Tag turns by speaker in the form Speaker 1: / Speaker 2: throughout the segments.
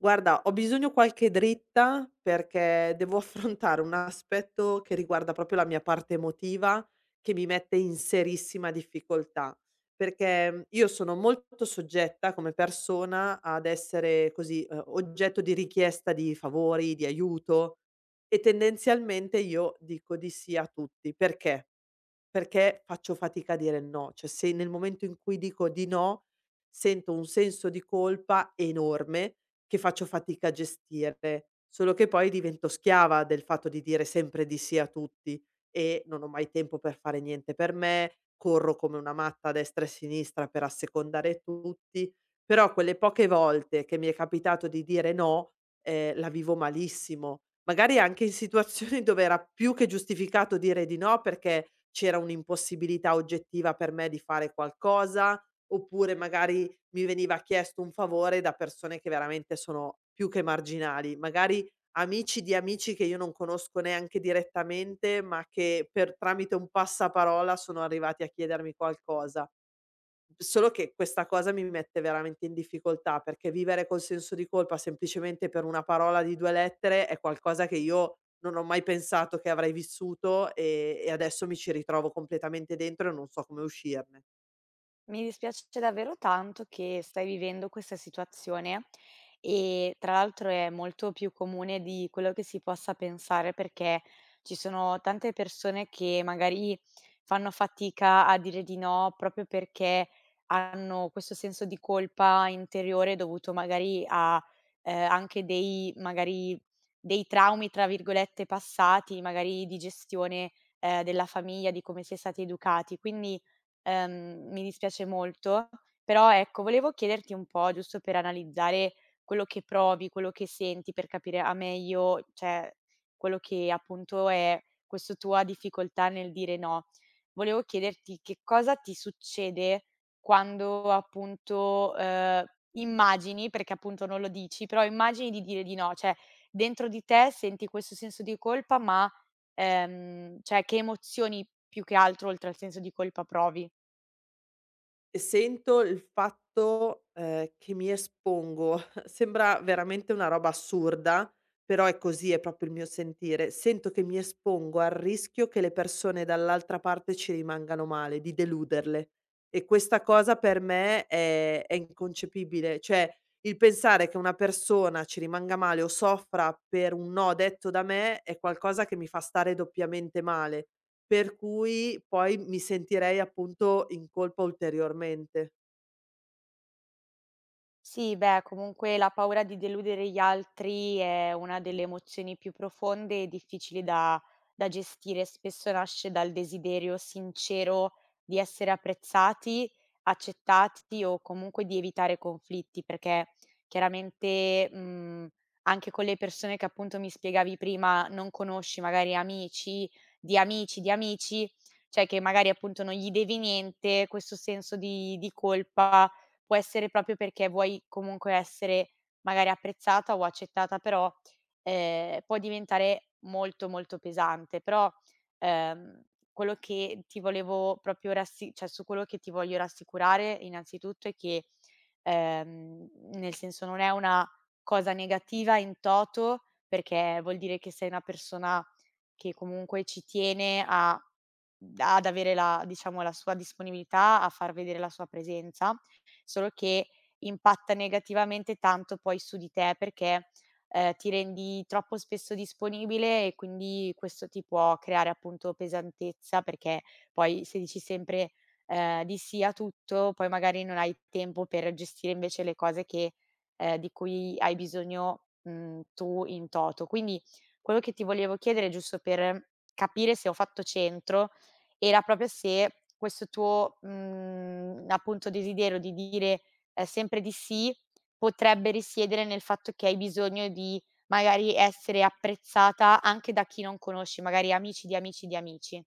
Speaker 1: Guarda, ho bisogno qualche dritta perché devo affrontare un aspetto che riguarda proprio la mia parte emotiva, che mi mette in serissima difficoltà. Perché io sono molto soggetta come persona ad essere così, oggetto di richiesta di favori, di aiuto, e tendenzialmente io dico di sì a tutti. Perché? Perché faccio fatica a dire no, cioè se nel momento in cui dico di no, sento un senso di colpa enorme che faccio fatica a gestire, solo che poi divento schiava del fatto di dire sempre di sì a tutti e non ho mai tempo per fare niente per me, corro come una matta a destra e a sinistra per assecondare tutti, però quelle poche volte che mi è capitato di dire no, la vivo malissimo. Magari anche in situazioni dove era più che giustificato dire di no, perché c'era un'impossibilità oggettiva per me di fare qualcosa, oppure magari mi veniva chiesto un favore da persone che veramente sono più che marginali, magari amici di amici che io non conosco neanche direttamente, ma che per tramite un passaparola sono arrivati a chiedermi qualcosa. Solo che questa cosa mi mette veramente in difficoltà, perché vivere col senso di colpa semplicemente per una parola di 2 lettere è qualcosa che io non ho mai pensato che avrei vissuto, e adesso mi ci ritrovo completamente dentro e non so come uscirne.
Speaker 2: Mi dispiace davvero tanto che stai vivendo questa situazione e tra l'altro è molto più comune di quello che si possa pensare, perché ci sono tante persone che magari fanno fatica a dire di no, proprio perché hanno questo senso di colpa interiore dovuto magari a anche dei, magari, dei traumi, tra virgolette, passati, magari di gestione della famiglia, di come si è stati educati. Quindi mi dispiace molto. Però ecco, volevo chiederti un po', giusto per analizzare quello che provi, quello che senti, per capire a meglio, cioè, quello che appunto è questa tua difficoltà nel dire no. Volevo chiederti che cosa ti succede quando appunto, immagini, perché appunto non lo dici, però immagini di dire di no, cioè dentro di te senti questo senso di colpa, ma, cioè, che emozioni più che altro oltre al senso di colpa provi?
Speaker 1: Sento il fatto, che mi espongo. Sembra veramente una roba assurda, però è così, è proprio il mio sentire. Sento che mi espongo al rischio che le persone dall'altra parte ci rimangano male, di deluderle. E questa cosa per me è inconcepibile. Cioè, il pensare che una persona ci rimanga male o soffra per un no detto da me è qualcosa che mi fa stare doppiamente male. Per cui poi mi sentirei appunto in colpa ulteriormente.
Speaker 2: Sì, beh, comunque la paura di deludere gli altri è una delle emozioni più profonde e difficili da, da gestire. Spesso nasce dal desiderio sincero di essere apprezzati, accettati o comunque di evitare conflitti, perché chiaramente, anche con le persone che appunto mi spiegavi prima non conosci, magari amici, di amici, di amici, cioè che magari appunto non gli devi niente, questo senso di colpa può essere proprio perché vuoi comunque essere magari apprezzata o accettata, però, può diventare molto, molto pesante. Però, ehm, quello che ti volevo proprio rassi cioè su quello che ti voglio rassicurare innanzitutto è che, ehm, nel senso, non è una cosa negativa in toto, perché vuol dire che sei una persona che comunque ci tiene a ad avere la diciamo la sua disponibilità, a far vedere la sua presenza, solo che impatta negativamente tanto poi su di te perché, ti rendi troppo spesso disponibile e quindi questo ti può creare appunto pesantezza, perché poi se dici sempre, di sì a tutto, poi magari non hai tempo per gestire invece le cose che di cui hai bisogno, mhmm, tu in toto. Quindi quello che ti volevo chiedere, giusto per capire se ho fatto centro, era proprio se questo tuo, mhmm, appunto desiderio di dire, sempre di sì, potrebbe risiedere nel fatto che hai bisogno di magari essere apprezzata anche da chi non conosci, magari amici di amici di amici.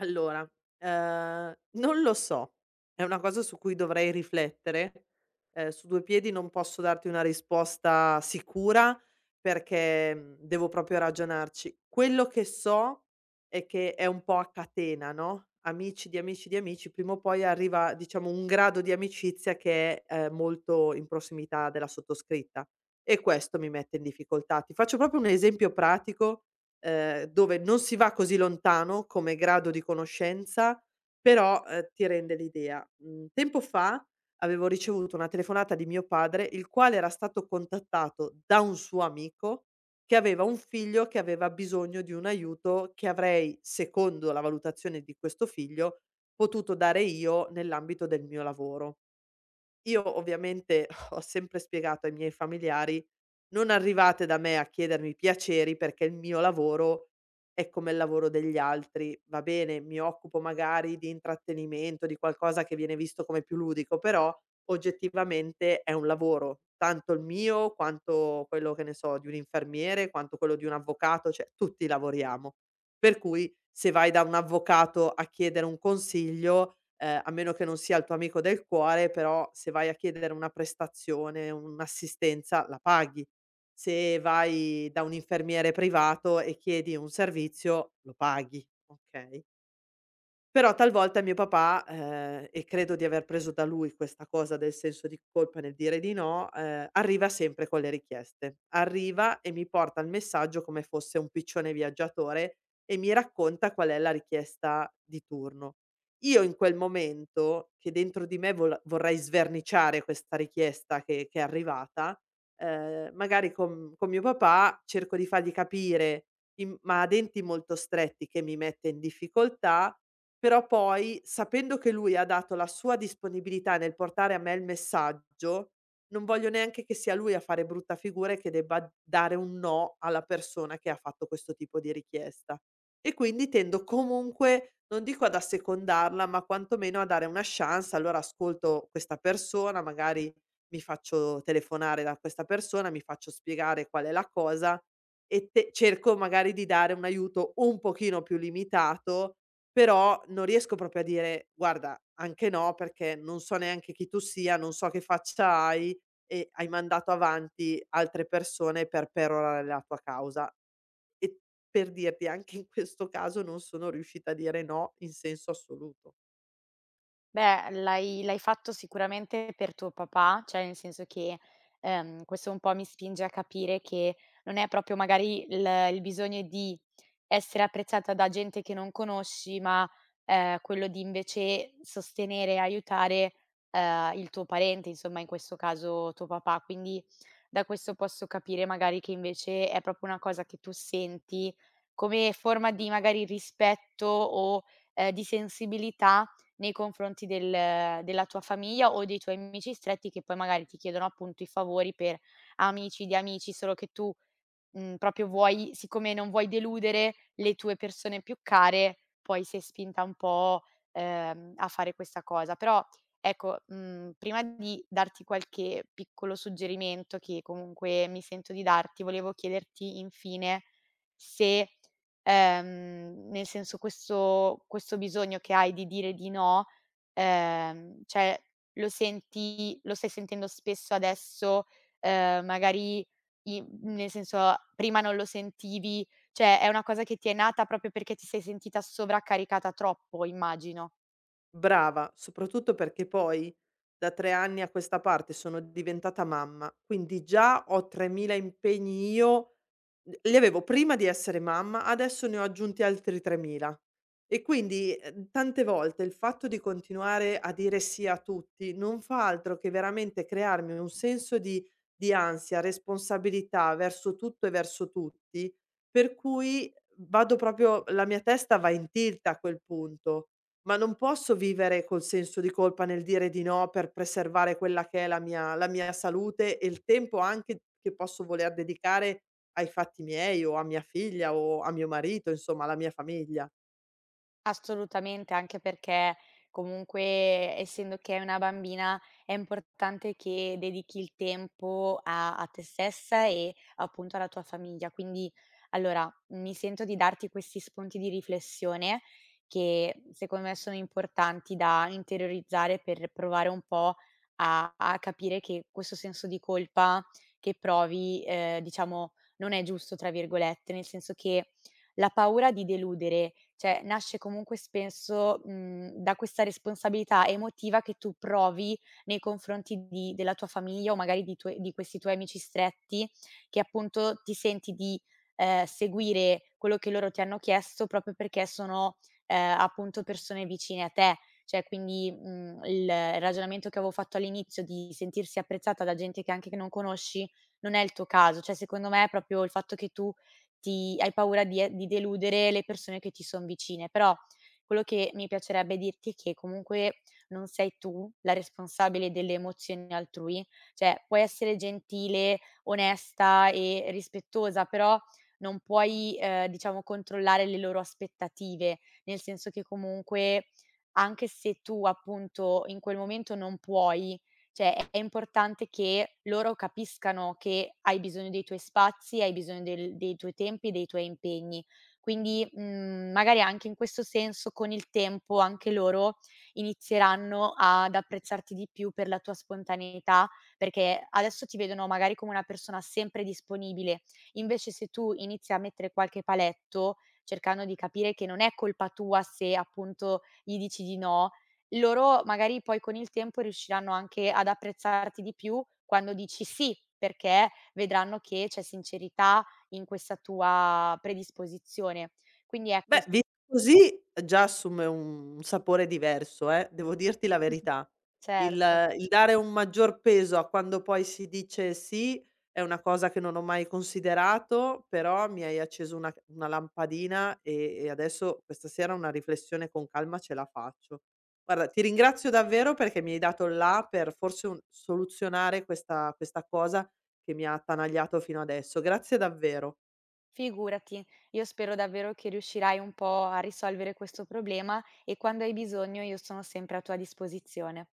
Speaker 1: Allora, non lo so. È una cosa su cui dovrei riflettere. Su 2 piedi non posso darti una risposta sicura perché, devo proprio ragionarci. Quello che so è che è un po' a catena, no, amici di amici di amici, prima o poi arriva, diciamo, un grado di amicizia che è, molto in prossimità della sottoscritta e questo mi mette in difficoltà. Ti faccio proprio un esempio pratico dove non si va così lontano come grado di conoscenza, però, ti rende l'idea. Mhmm, Tempo fa avevo ricevuto una telefonata di mio padre, il quale era stato contattato da un suo amico che aveva un figlio che aveva bisogno di un aiuto che avrei, secondo la valutazione di questo figlio, potuto dare io nell'ambito del mio lavoro. Io ovviamente ho sempre spiegato ai miei familiari: "Non arrivate da me a chiedermi piaceri perché il mio lavoro è come il lavoro degli altri. Va bene, mi occupo magari di intrattenimento, di qualcosa che viene visto come più ludico, però oggettivamente è un lavoro, tanto il mio quanto quello, che ne so, di un infermiere, quanto quello di un avvocato, cioè tutti lavoriamo. Per cui se vai da un avvocato a chiedere un consiglio a meno che non sia il tuo amico del cuore, però se vai a chiedere una prestazione, un'assistenza la paghi. Se vai da un infermiere privato e chiedi un servizio, lo paghi, okay? Però talvolta mio papà, e credo di aver preso da lui questa cosa del senso di colpa nel dire di no, arriva sempre con le richieste. Arriva e mi porta il messaggio come fosse un piccione viaggiatore e mi racconta qual è la richiesta di turno. Io in quel momento, che dentro di me vol vorrei sverniciare questa richiesta che è arrivata, magari con mio papà cerco di fargli capire in ma a denti molto stretti che mi mette in difficoltà però poi, sapendo che lui ha dato la sua disponibilità nel portare a me il messaggio, non voglio neanche che sia lui a fare brutta figura e che debba dare un no alla persona che ha fatto questo tipo di richiesta. E quindi tendo comunque, non dico ad assecondarla, ma quantomeno a dare una chance. Allora ascolto questa persona, magari mi faccio telefonare da questa persona, mi faccio spiegare qual è la cosa e cerco magari di dare un aiuto un pochino più limitato però non riesco proprio a dire: "Guarda, anche no, perché non so neanche chi tu sia, non so che faccia hai e hai mandato avanti altre persone per perorare la tua causa." E per dirti, anche in questo caso non sono riuscita a dire no in senso assoluto.
Speaker 2: Beh, l'hai fatto sicuramente per tuo papà, cioè nel senso che, questo un po' mi spinge a capire che non è proprio magari il bisogno di essere apprezzata da gente che non conosci, ma, quello di invece sostenere e aiutare, il tuo parente, insomma in questo caso tuo papà. Quindi da questo posso capire magari che invece è proprio una cosa che tu senti come forma di magari rispetto o, di sensibilità nei confronti del della tua famiglia o dei tuoi amici stretti che poi magari ti chiedono appunto i favori per amici di amici, solo che tu, mhmm, proprio vuoi, siccome non vuoi deludere le tue persone più care, poi sei spinta un po', a fare questa cosa. Però ecco, mhmm, prima di darti qualche piccolo suggerimento che comunque mi sento di darti, volevo chiederti infine se, nel senso, questo bisogno che hai di dire di no, cioè lo senti, lo stai sentendo spesso adesso, magari i mhmm, nel senso, prima non lo sentivi, cioè è una cosa che ti è nata proprio perché ti sei sentita sovraccaricata troppo, immagino.
Speaker 1: Brava, soprattutto perché poi da 3 anni a questa parte sono diventata mamma, quindi già ho 3.000 impegni io L li avevo prima di essere mamma, adesso ne ho aggiunti altri 3.000. E quindi, tante volte il fatto di continuare a dire sì a tutti non fa altro che veramente crearmi un senso di ansia, responsabilità verso tutto e verso tutti, per cui vado proprio la mia testa va in tilt a quel punto. Ma non posso vivere col senso di colpa nel dire di no per preservare quella che è la mia salute e il tempo anche che posso voler dedicare ai fatti miei o a mia figlia o a mio marito, insomma alla mia famiglia.
Speaker 2: Assolutamente, anche perché comunque essendo che è una bambina è importante che dedichi il tempo a te stessa e appunto alla tua famiglia. Quindi allora mi sento di darti questi spunti di riflessione che secondo me sono importanti da interiorizzare per provare un po' a capire che questo senso di colpa che provi, diciamo non è "giusto" tra virgolette, nel senso che la paura di deludere, cioè, nasce comunque spesso, mhmm, da questa responsabilità emotiva che tu provi nei confronti di della tua famiglia o magari di tuoi di questi tuoi amici stretti, che appunto ti senti di, seguire quello che loro ti hanno chiesto proprio perché sono, appunto persone vicine a te. Cioè quindi, mhmm, il ragionamento che avevo fatto all'inizio di sentirsi apprezzata da gente che anche che non conosci, non è il tuo caso. Cioè, secondo me, è proprio il fatto che tu ti hai paura di e di deludere le persone che ti son vicine. Però quello che mi piacerebbe dirti è che comunque non sei tu la responsabile delle emozioni altrui, cioè puoi essere gentile, onesta e rispettosa, però non puoi, diciamo controllare le loro aspettative, nel senso che comunque anche se tu appunto in quel momento non puoi, cioè è importante che loro capiscano che hai bisogno dei tuoi spazi, hai bisogno del dei tuoi tempi, dei tuoi impegni. Quindi, mhmm, magari anche in questo senso con il tempo anche loro inizieranno ad apprezzarti di più per la tua spontaneità, perché adesso ti vedono magari come una persona sempre disponibile, invece se tu inizi a mettere qualche paletto, cercando di capire che non è colpa tua se appunto gli dici di no, loro magari poi con il tempo riusciranno anche ad apprezzarti di più quando dici "sì", perché vedranno che c'è sincerità in questa tua predisposizione. Quindi ecco,
Speaker 1: Beh,
Speaker 2: sì.
Speaker 1: vista così già assume un sapore diverso, devo dirti la verità. Il
Speaker 2: Certo,
Speaker 1: il dare un maggior peso a quando poi si dice sì, è una cosa che non ho mai considerato, però mi hai acceso una lampadina e adesso questa sera una riflessione con calma ce la faccio. Guarda, ti ringrazio davvero perché mi hai dato il là per forse un soluzionare questa cosa che mi ha attanagliato fino adesso. Grazie davvero.
Speaker 2: figurati. Io spero davvero che riuscirai un po' a risolvere questo problema e quando hai bisogno io sono sempre a tua disposizione.